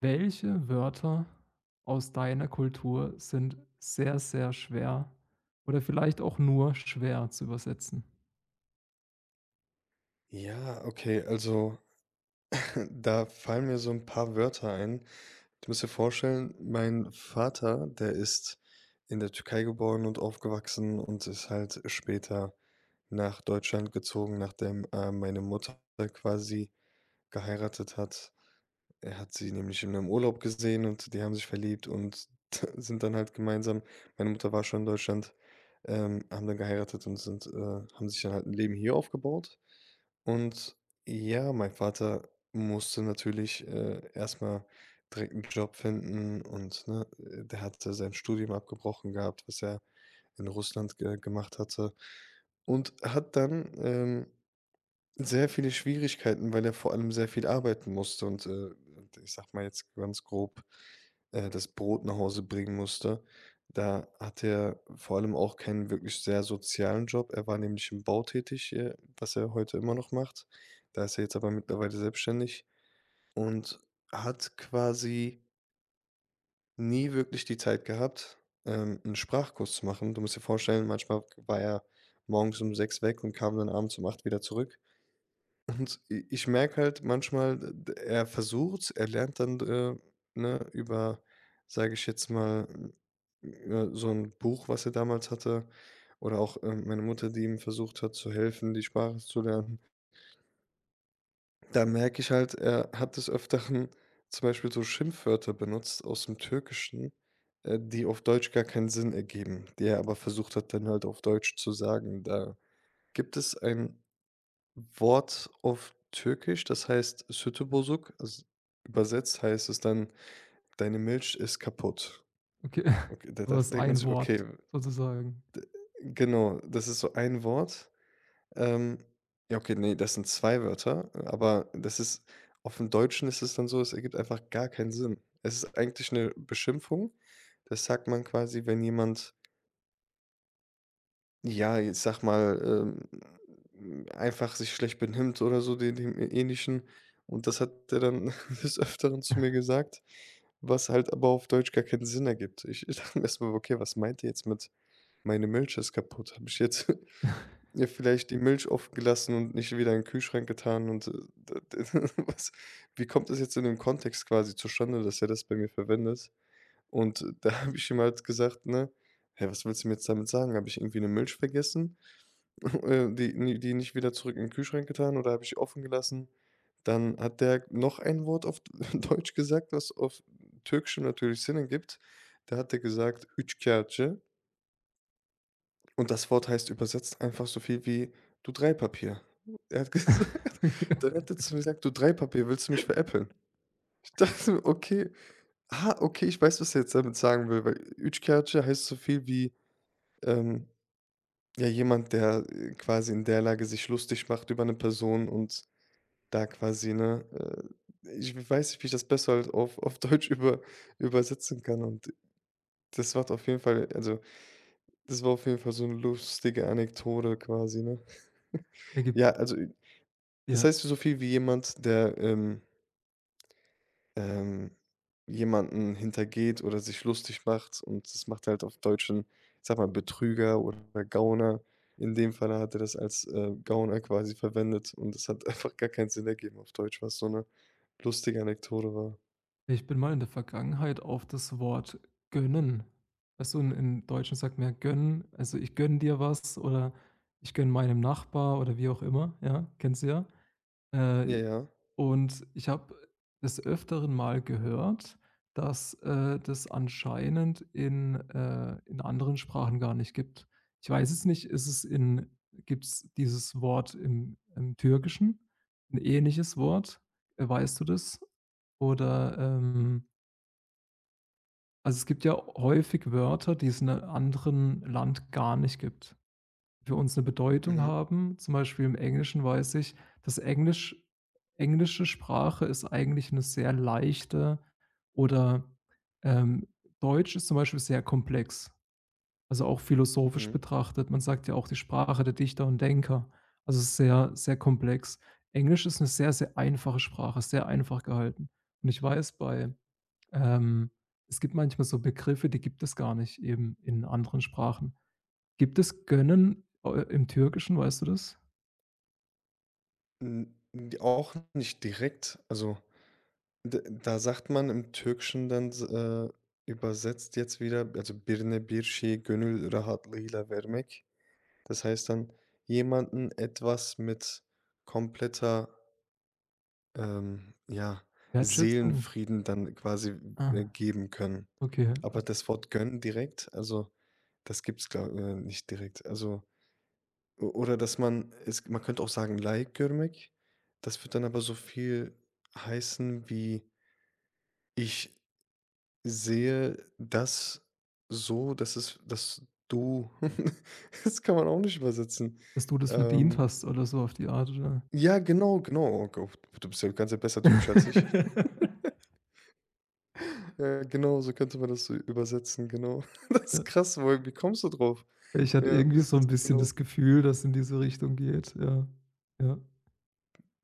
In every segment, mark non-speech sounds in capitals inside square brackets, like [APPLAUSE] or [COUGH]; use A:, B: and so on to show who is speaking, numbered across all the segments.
A: Welche Wörter aus deiner Kultur sind sehr, sehr schwer oder vielleicht auch nur schwer zu übersetzen?
B: Ja, okay, also [LAUGHS] da fallen mir so ein paar Wörter ein. Du musst dir vorstellen, mein Vater, der ist in der Türkei geboren und aufgewachsen und ist halt später nach Deutschland gezogen, nachdem, meine Mutter quasi geheiratet hat. Er hat sie nämlich in einem Urlaub gesehen und die haben sich verliebt und [LAUGHS] sind dann halt gemeinsam meine Mutter war schon in Deutschland, haben dann geheiratet und haben sich dann halt ein Leben hier aufgebaut. Und ja, mein Vater musste natürlich, erst direkt einen Job finden und, ne, der hatte sein Studium abgebrochen gehabt, was er in Russland ge gemacht hatte und hat dann, sehr viele Schwierigkeiten, weil er vor allem sehr viel arbeiten musste und, ich sage mal jetzt ganz grob, das Brot nach Hause bringen musste. Da hatte er vor allem auch keinen wirklich sehr sozialen Job. Er war nämlich im Bau tätig, was er heute immer noch macht. Da ist er jetzt aber mittlerweile selbstständig und hat quasi nie wirklich die Zeit gehabt, 'n Sprachkurs zu machen. Du musst dir vorstellen, manchmal war er morgens um 6 weg und kam dann abends um 8 wieder zurück. Und i ich merke halt manchmal, d er versucht's, er lernt dann, ne, über, sage ich jetzt mal, so ein Buch, was er damals hatte oder auch, meine Mutter, die ihm versucht hat zu helfen, die Sprache zu lernen. Da merke ich halt, er hat des Öfteren zum Beispiel so Schimpfwörter benutzt aus dem Türkischen, die auf Deutsch gar keinen Sinn ergeben, die er aber versucht hat, dann halt auf Deutsch zu sagen. Da gibt es ein Wort auf Türkisch, das heißt sütü. Also, übersetzt heißt es dann: „Deine Milch ist kaputt.“
A: Okay,
B: Okay,
A: [LAUGHS]
B: da
A: aber es ist
B: denkt man
A: ein
B: sich:
A: Wort
B: „Okay,
A: sozusagen.
B: genau, das ist so ein Wort.“ Ähm, ja, okay, nee, das sind 2 Wörter, aber das ist auf dem Deutschen ist es dann so, es ergibt einfach gar keinen Sinn. Es ist eigentlich eine Beschimpfung. Das sagt man quasi, wenn jemand Ja, ich sag mal, einfach sich schlecht benimmt oder so de dem Ähnlichen. Und das hat der dann [LAUGHS] des Öfteren zu mir gesagt, was halt aber auf Deutsch gar keinen Sinn ergibt. Ich dachte mir erstmal: „Okay, was meint ihr jetzt mit: ‚Meine Milch ist kaputt?‘ Habe ich jetzt [LAUGHS] ihr vielleicht die Milch offen gelassen und nicht wieder in den Kühlschrank getan und, d d [LAUGHS] was wie kommt das jetzt in dem Kontext quasi zustande, dass er das bei mir verwendet?“ Und da habe ich ihm halt gesagt, ne: „Hä, was willst du mir jetzt damit sagen? Habe ich irgendwie eine Milch vergessen?“ [LAUGHS] die nicht wieder zurück in den Kühlschrank getan oder habe ich offen gelassen. Dann hat der noch ein Wort auf [LAUGHS] Deutsch gesagt, was auf Türkischem natürlich Sinn ergibt. Da hat er gesagt: „Üçkağıtçı“, und das Wort heißt übersetzt einfach so viel wie: „Du Dreipapier.“ Er hat [LAUGHS] gesagt, dann
A: [LAUGHS]
B: hat er zu mir gesagt: „Du Dreipapier, willst du mich veräppeln?“ Ich dachte mir: „Okay, ah, okay, ich weiß, was er jetzt damit sagen will“, weil Üçkağıtçı heißt so viel wie, ähm, ja, jemand, der, quasi in der Lage sich lustig macht über eine Person und Da quasi, ne? Ich weiß nicht, wie ich das besser halt auf [LAUGHS] Deutsch über übersetzen kann, und das war auf jeden Fall also, das war auf jeden Fall so eine lustige Anekdote quasi, ne? [LAUGHS]
A: Ergibt
B: Ja, also, das
A: ja.
B: heißt so viel wie jemand, der, ähm, jemanden hintergeht oder sich lustig macht, und das macht halt auf Deutsch 'n, ich sage mal, Betrüger oder Gauner. In dem Fall hat er das als, Gauner quasi verwendet, und das hat [LAUGHS] einfach gar keinen Sinn ergeben auf Deutsch, was so eine lustige Anekdote war.
A: Ich bin mal in der Vergangenheit auf das Wort gönnen. Weißt du, in im Deutschen sagt man ja gönnen, also ich gönne dir was oder ich gönne meinem Nachbar oder wie auch immer, ja, kennst du ja.
B: Ja,
A: Äh
B: ja.
A: Und ich habe des Öfteren mal gehört, dass, das anscheinend in, in anderen Sprachen gar nicht gibt. Ich weiß jetzt nicht, ist es in gibt es dieses Wort im Türkischen, ein ähnliches Wort? Weißt du das? Oder, also, es gibt ja häufig Wörter, die es in 'nem anderen Land gar nicht gibt für uns eine Bedeutung
B: Mhm,
A: haben. Zum Beispiel im Englischen weiß ich, dass Englisch englische Sprache ist eigentlich eine sehr leichte oder, ähm. Deutsch ist zum Beispiel sehr komplex, also auch philosophisch
B: mhm.
A: betrachtet. Man sagt ja auch die Sprache der Dichter und Denker. Also, es ist sehr, sehr komplex. Englisch ist eine sehr, sehr einfache Sprache, sehr einfach gehalten. Und ich weiß bei ähm, es gibt manchmal so Begriffe, die gibt es gar nicht eben in anderen Sprachen. Gibt es gönnen, im Türkischen, weißt du das?
B: Hm, d auch nicht direkt. Also, d da sagt man im Türkischen dann s übersetzt jetzt wieder, also, birine bir şey gönül rahatlığıyla vermek. Das heißt dann, jemanden etwas mit kompletter, ja,
A: Wertschätzung?
B: Seelenfrieden dann quasi,
A: Ah,
B: geben können.
A: okay.
B: Aber das Wort gönnen direkt, also, das gibt's, glaube, nicht direkt. Also O oder dass man es man könnte auch sagen leichtgläubig. Das wird dann aber so viel heißen wie: „Ich sehe das so, dass es dass du“ [LAUGHS] das kann man auch nicht übersetzen.
A: Dass du das verdient
B: Ähm,
A: hast oder so auf die Art, oder?
B: ja, genau. Oh Gott, du bist ja du kannst ja besser Türkisch als ich.
A: [LAUGHS]
B: Ja, genau, so könnte man das so übersetzen, genau. [LAUGHS] Das ist
A: Ja.
B: krass, woher wie kommst du drauf?
A: Ich hatte
B: Ja,
A: irgendwie
B: das
A: so 'n
B: ist
A: bisschen
B: genau.
A: das Gefühl, dass in diese Richtung geht. Ja. Ja.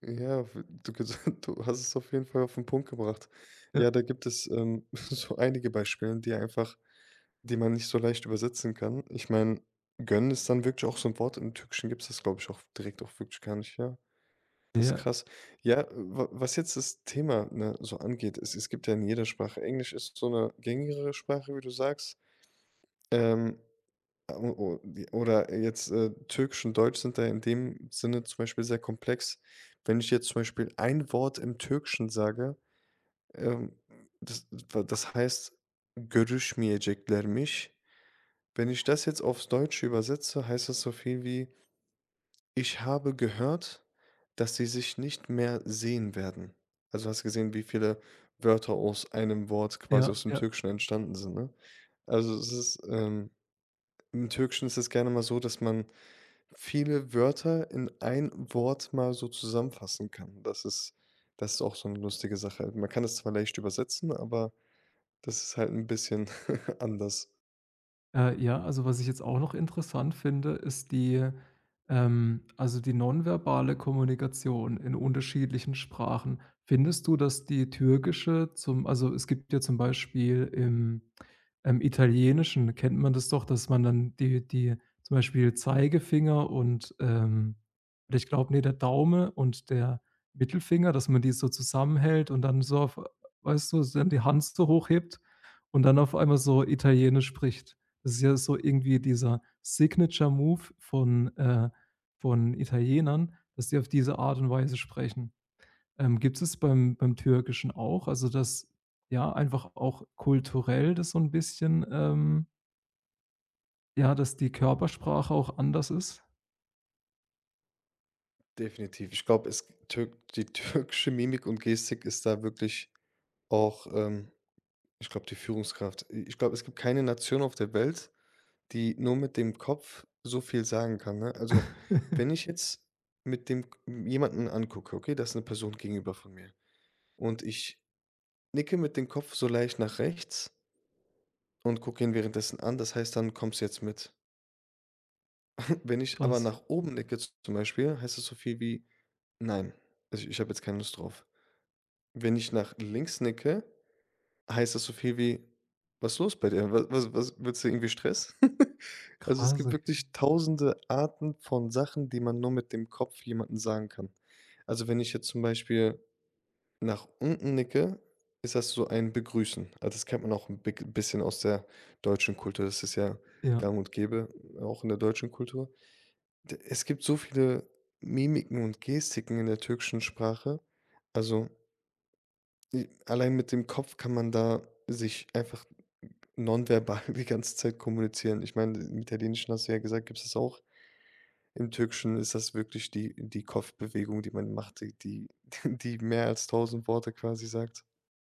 B: Ja, w du gesa [LAUGHS] du hast es auf jeden Fall auf den Punkt gebracht.
A: Ja.
B: Ja, da gibt es, [LAUGHS] so einige Beispiele, die einfach die man nicht so leicht übersetzen kann. Ich meine, gönnen ist dann wirklich auch so ein Wort. Im Türkischen gibt es das, glaube ich, auch direkt auch wirklich gar nicht, ja. Das ist
A: Ja.
B: krass. Ja, wa was jetzt das Thema, ne, so angeht, es gibt ja in jeder Sprache Englisch ist so eine gängigere Sprache, wie du sagst. Ähm, O o wie oder jetzt, Türkisch und Deutsch sind da in dem Sinne zum Beispiel sehr komplex. Wenn ich jetzt zum Beispiel ein Wort im Türkischen sage, ähm, das das heißt görüşmeyeceklermiş. Wenn ich das jetzt aufs Deutsche übersetze, heißt das so viel wie: „Ich habe gehört, dass sie sich nicht mehr sehen werden.“ Also, hast gesehen, wie viele Wörter aus einem Wort quasi aus
A: Ja.
B: dem
A: Ja.
B: Türkischen entstanden sind, ne? Also, es ist, im Türkischen ist es gerne mal so, dass man viele Wörter in ein Wort mal so zusammenfassen kann. Das ist auch so eine lustige Sache. Man kann es zwar leicht übersetzen, aber das ist halt ein bisschen [LAUGHS] anders.
A: Ja, also was ich jetzt auch noch interessant finde, ist die also die nonverbale Kommunikation in unterschiedlichen Sprachen. Findest du, dass die türkische zum also es gibt ja zum Beispiel im, Italienischen kennt man das doch, dass man dann die zum Beispiel Zeigefinger und, ähm, oder ich glaube, ne, der Daumen und der Mittelfinger, dass man die so zusammenhält und dann so auf, weißt du, dann die Hand so hochhebt und dann auf einmal so Italienisch spricht. Das ist ja so irgendwie dieser Signature-Move von Italienern, dass die auf diese Art und Weise sprechen. Gibt es beim Türkischen auch? Also, dass ja, einfach auch kulturell das so ein bisschen, ähm, ja, dass die Körpersprache auch anders ist?
B: Definitiv. Ich glaube, es türk die [LAUGHS] türkische Mimik und Gestik ist da wirklich auch, ich glaube, die Führungskraft. Ich glaube, es gibt keine Nation auf der Welt, die nur mit dem Kopf so viel sagen kann, ne? Also, wenn
A: [LAUGHS]
B: ich jetzt mit dem jemanden angucke, okay, das ist eine Person gegenüber von mir und ich nicke mit dem Kopf so leicht nach rechts und gucke ihn währenddessen an. Das heißt, dann kommst du jetzt mit. [LAUGHS] Wenn ich aber
A: Krass.
B: nach oben nicke z zum Beispiel, heißt das so viel wie: „Nein, also, ich habe jetzt keine Lust drauf.“ Wenn ich nach links nicke, heißt das so viel wie: „Was ist los bei dir? Wa was was willst du irgendwie Stress?“ [LAUGHS] Also, es
A: Krass,
B: gibt
A: okay.
B: wirklich tausende Arten von Sachen, die man nur mit dem Kopf jemandem sagen kann. Also, wenn ich jetzt zum Beispiel nach unten nicke, ist das so ein Begrüßen. Also, das kennt man auch ein bick bisschen aus der deutschen Kultur. Das ist ja
A: Ja.
B: gang und gäbe, auch in der deutschen Kultur. D Es gibt so viele Mimiken und Gestiken in der türkischen Sprache. Also, i allein mit dem Kopf kann man da sich einfach nonverbal [LAUGHS] die ganze Zeit kommunizieren. Ich meine, im Italienischen hast du ja gesagt, gibt es das auch. Im Türkischen ist das wirklich die Kopfbewegung, die man macht, die [LAUGHS] die mehr als tausend Worte quasi sagt.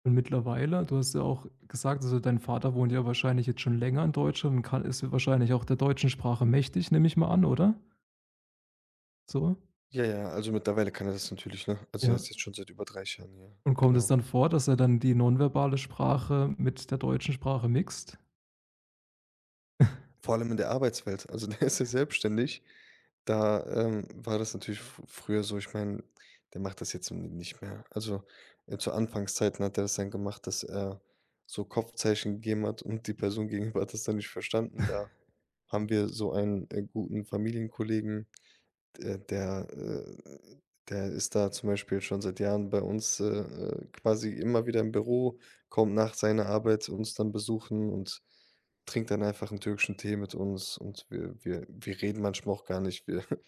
A: Und mittlerweile, du hast ja auch gesagt, also, dein Vater wohnt ja wahrscheinlich jetzt schon länger in Deutschland und kann, ist wahrscheinlich auch der deutschen Sprache mächtig, nehme ich mal an, oder? So?
B: Ja, ja, also mittlerweile kann er das natürlich, ne? Also er
A: Ja.
B: ist jetzt schon seit über 30 Jahren hier,
A: Und kommt es
B: genau.
A: dann vor, dass er dann die nonverbale Sprache mit der deutschen Sprache mixt?
B: Vor allem in der Arbeitswelt, also [LAUGHS] der ist ja selbstständig. Da, war das natürlich f früher so. Ich meine, der macht das jetzt nicht mehr. Also, zu Anfangszeiten hat er das dann gemacht, dass er so Kopfzeichen gegeben hat und die Person [LAUGHS] gegenüber hat das dann nicht verstanden. Da haben wir so einen, guten Familienkollegen. Der, der ist da zum Beispiel schon seit Jahren bei uns, quasi immer wieder im Büro, kommt nach seiner Arbeit zu uns dann besuchen und trinkt dann einfach einen türkischen Tee mit uns, und wir reden manchmal auch gar nicht. Wir [LAUGHS]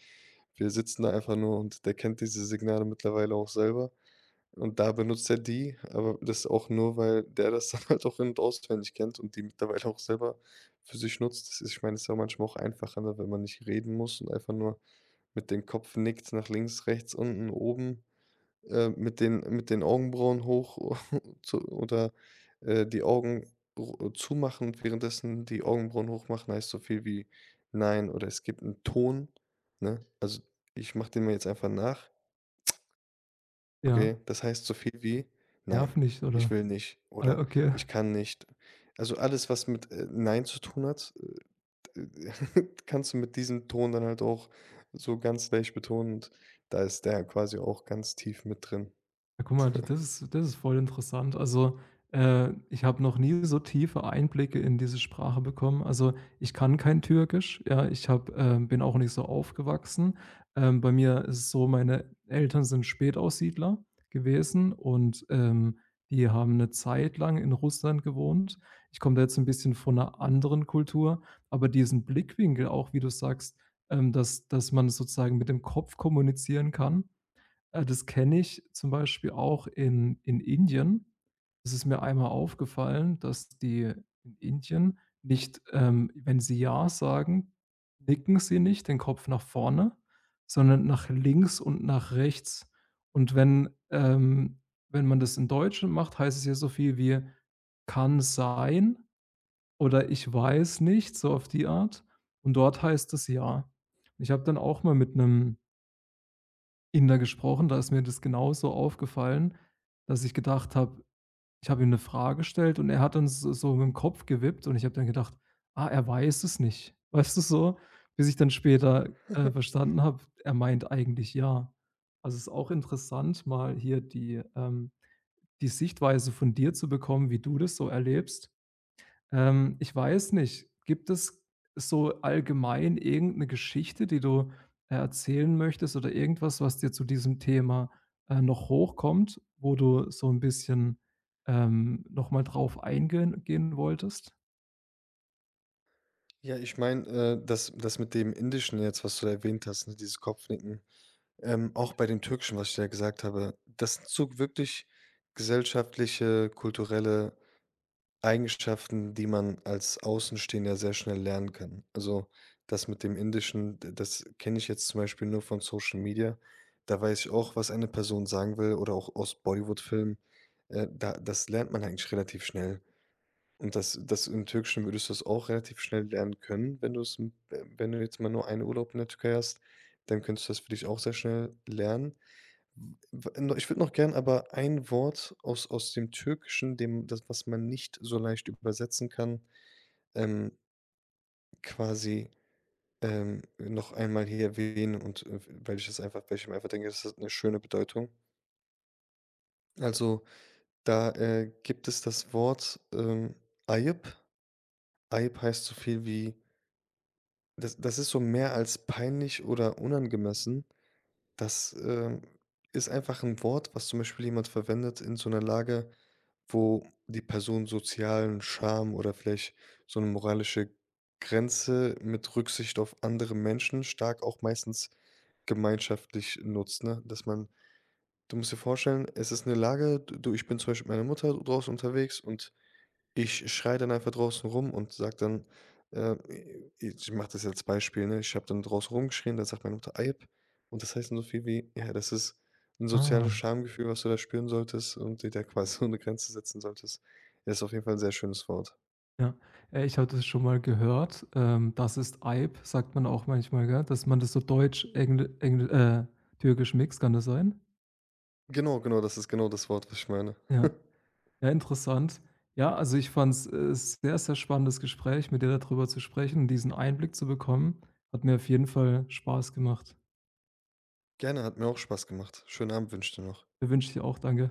B: wir sitzen da einfach nur, und der kennt diese Signale mittlerweile auch selber und da benutzt er die, aber das auch nur, weil der das dann [LAUGHS] halt auch in und auswendig kennt und die mittlerweile auch selber für sich nutzt. Das ist ich meine, es ist ja manchmal auch einfacher, ne, wenn man nicht reden muss und einfach nur mit dem Kopf nickt nach links, rechts, unten, oben, mit den Augenbrauen hoch [LAUGHS] zu oder, die Augen ro zumachen und währenddessen die Augenbrauen hochmachen heißt so viel wie „Nein“, oder es gibt einen Ton, ne? Also, ich mache den mal jetzt einfach nach,
A: Ja,
B: okay? Das heißt so viel wie „Nein,
A: nervig,
B: ich
A: oder?
B: will nicht“
A: Ah,
B: oder
A: okay.
B: „Ich kann nicht.“ Also, alles, was mit, „Nein“ zu tun hat, [LAUGHS] kannst du mit diesem Ton dann halt auch so ganz leicht betonen, und da ist der quasi auch ganz tief mit drin.
A: Ja, guck mal, das ist voll interessant. Also, ich habe noch nie so tiefe Einblicke in diese Sprache bekommen. Also, ich kann kein Türkisch, ja, ich habe bin auch nicht so aufgewachsen. Bei mir ist es so, meine Eltern sind Spätaussiedler gewesen und, die haben eine Zeit lang in Russland gewohnt. Ich komme da jetzt ein bisschen von einer anderen Kultur, aber diesen Blickwinkel auch, wie du sagst, dass man sozusagen mit dem Kopf kommunizieren kann, das kenne ich zum Beispiel auch in Indien. Es ist mir einmal aufgefallen, dass die in Indien nicht, ähm, wenn sie „ja“ sagen, nicken sie nicht den Kopf nach vorne, sondern nach links und nach rechts. Und wenn, wenn man das in Deutschen macht, heißt es ja so viel wie: „Kann sein“ oder „Ich weiß nicht“, so auf die Art. Und dort heißt es „ja“. Ich habe dann auch mal mit einem Inder gesprochen, da ist mir das genauso aufgefallen, dass ich gedacht habe, ich habe ihm 'ne Frage gestellt und er hat dann s so mit'm Kopf gewippt und ich habe dann gedacht: „Ah, er weiß es nicht.“ [LAUGHS] Weißt du so? Bis ich dann später, verstanden habe, er meint eigentlich ja. Also, es ist auch interessant, mal hier die, die Sichtweise von dir zu bekommen, wie du das so erlebst. Ich weiß nicht. Gibt es so allgemein irgendeine Geschichte, die du, erzählen möchtest oder irgendwas, was dir zu diesem Thema, noch hochkommt, wo du so ein bisschen, noch mal drauf eingehen gehen wolltest?
B: Ja, ich meine, das mit dem Indischen jetzt, was du da erwähnt hast, ne, dieses Kopfnicken, auch bei dem Türkischen, was ich da gesagt habe, das sind so wirklich gesellschaftliche, kulturelle Eigenschaften, die man als Außenstehender sehr schnell lernen kann. Also, das mit dem Indischen, d das kenne ich jetzt zum Beispiel nur von Social Media. Da weiß ich auch, was eine Person sagen will oder auch aus Bollywood-Filmen. Da das lernt man eigentlich relativ schnell. Und das im Türkischen würdest du das auch relativ schnell lernen können, wenn du's m wenn du jetzt mal nur einen Urlaub in der Türkei hast, dann könntest du das für dich auch sehr schnell lernen ich würde noch gern aber ein Wort aus aus dem Türkischen, dem das, was man nicht so leicht übersetzen kann, ähm, quasi, noch einmal hier erwähnen und, weil ich das einfach weil ich mir einfach denke, das hat eine schöne Bedeutung. Also, da, gibt es das Wort, Ayıp. Ayıp heißt so viel wie das ist so mehr als peinlich oder unangemessen. Das, ist einfach ein Wort, was zum Beispiel jemand verwendet in so einer Lage, wo die Person sozialen Charme oder vielleicht so eine moralische Grenze mit Rücksicht auf andere Menschen stark auch meistens gemeinschaftlich nutzt, ne? Dass man du musst dir vorstellen, es ist eine Lage, du ich bin zum Beispiel mit meiner Mutter draußen unterwegs und ich schreie dann einfach draußen rum und sage dann, äh, ich mache das jetzt Beispiel, ne? Ich habe dann draußen rumgeschrien, dann sagt meine Mutter: „Ajp.“ Und das heißt dann so viel wie: „Ja, das ist ein soziales
A: Ah,
B: Schamgefühl, was du da spüren solltest und dir da quasi [LAUGHS] so eine Grenze setzen solltest.“ Ja, ist auf jeden Fall ein sehr schönes Wort.
A: ja. Ich hatte es schon mal gehört, das ist Eib, sagt man auch manchmal, gell? Dass man das so deutsch, engl engl türkisch mixt, kann das sein?
B: Genau, das ist genau das Wort, was ich meine. [LAUGHS]
A: Ja. Ja, interessant. Ja, also ich fand's, sehr, sehr spannendes Gespräch, mit dir darüber zu sprechen und diesen Einblick zu bekommen. Hat mir auf jeden Fall Spaß gemacht.
B: Gerne, hat mir auch Spaß gemacht. Schönen Abend wünsche ich dir noch.
A: Ja, wünsche ich dir auch. Danke.